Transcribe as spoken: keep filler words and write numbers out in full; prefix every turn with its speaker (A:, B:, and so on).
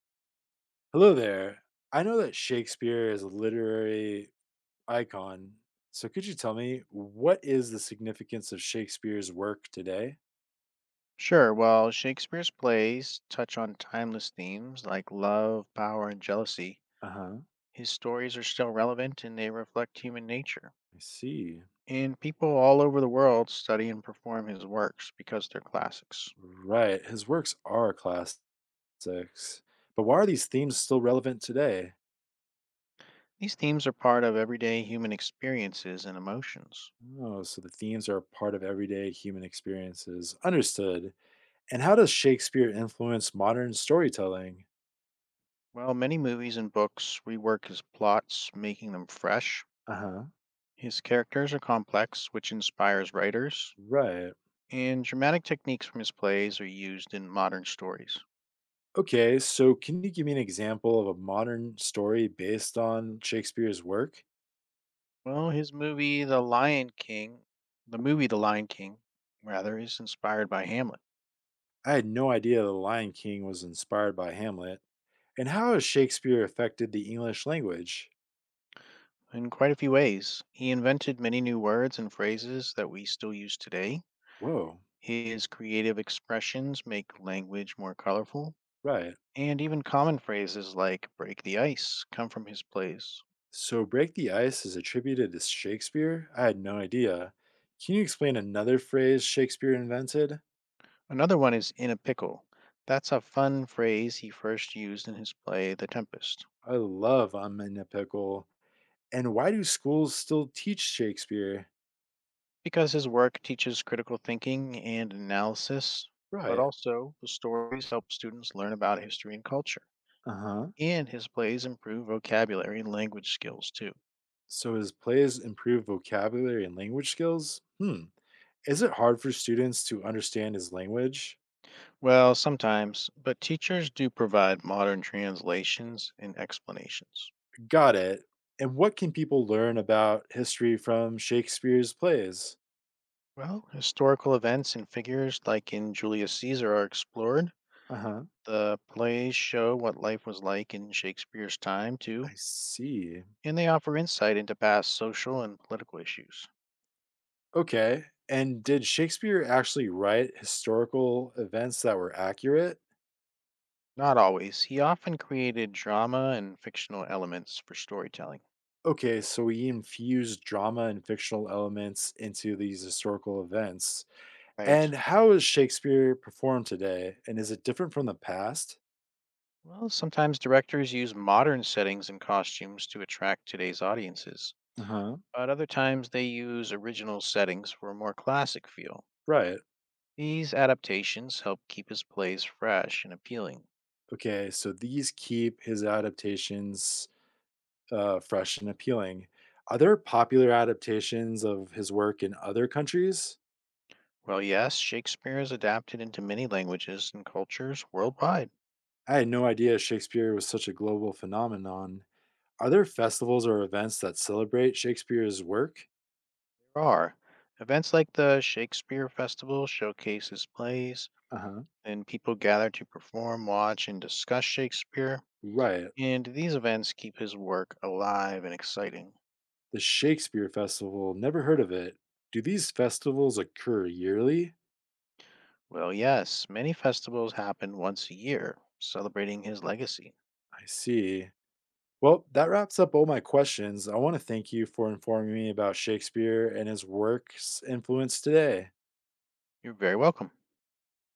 A: Hello there. I know that Shakespeare is a literary icon. So could you tell me what is the significance of Shakespeare's work today?
B: Sure. Well, Shakespeare's plays touch on timeless themes like love, power, and jealousy.
A: Uh-huh.
B: His stories are still relevant and they reflect human nature.
A: I see.
B: And people all over the world study and perform his works because they're classics.
A: Right. His works are classics. But why are these themes still relevant today?
B: These themes are part of everyday human experiences and emotions.
A: Oh, so the themes are part of everyday human experiences. Understood. And how does Shakespeare influence modern storytelling?
B: While many movies and books rework his plots, making them fresh.
A: Uh-huh.
B: His characters are complex, which inspires writers,
A: Right.
B: and dramatic techniques from his plays are used in modern stories.
A: Okay, so can you give me an example of a modern story based on Shakespeare's work?
B: Well, his movie The Lion King, the movie The Lion King, rather, is inspired by Hamlet
A: I had no idea The Lion King was inspired by Hamlet. And how has Shakespeare affected the English language?
B: in quite a few ways. He invented many new words and phrases that we still use today.
A: Whoa,
B: His creative expressions make language more colorful,
A: right.
B: and even common phrases like break the ice come from his plays.
A: So Break the Ice is attributed to Shakespeare? I had no idea. Can you explain another phrase Shakespeare invented?
B: Another one is in a pickle. That's a fun phrase he first used in his play The Tempest.
A: I love I'm in a pickle. And why do schools still teach Shakespeare?
B: Because his work teaches critical thinking and analysis, but
A: Right.
B: also the stories help students learn about history and culture.
A: Uh huh.
B: And his plays improve vocabulary and language skills too.
A: So, as plays improve vocabulary and language skills? Hmm. Is it hard for students to understand his language?
B: Well, sometimes, but teachers do provide modern translations and explanations.
A: Got it. And what can people learn about history from Shakespeare's plays?
B: Well, historical events and figures like in Julius Caesar are explored.
A: Uh huh.
B: The plays show what life was like in Shakespeare's time too,
A: I see.
B: and they offer insight into past social and political issues.
A: Okay. And did Shakespeare actually write historical events that were accurate?
B: Not always. He often created drama and fictional elements for storytelling.
A: Okay, so he infused drama and fictional elements into these historical events.
B: Right.
A: And how is Shakespeare performed today? And is it different from the past?
B: Well, sometimes directors use modern settings and costumes to attract today's audiences,
A: Uh huh.
B: but other times they use original settings for a more classic feel.
A: Right.
B: These adaptations help keep his plays fresh and appealing.
A: Okay. So these keep his adaptations uh, fresh and appealing. Are there popular adaptations of his work in other countries?
B: Well, yes, Shakespeare is adapted into many languages and cultures worldwide.
A: I had no idea Shakespeare was such a global phenomenon. Are there festivals or events that celebrate Shakespeare's work?
B: There are events like the Shakespeare Festival showcases plays.
A: Uh huh.
B: Then people gather to perform, watch, and discuss Shakespeare,
A: Right.
B: and these events keep his work alive and exciting.
A: The Shakespeare Festival. Never heard of it. Do these festivals occur yearly?
B: Well, yes, many festivals happen once a year, celebrating his legacy.
A: I see. Well, that wraps up all my questions. I want to thank you for informing me about Shakespeare and his works influence today.
B: You're very welcome.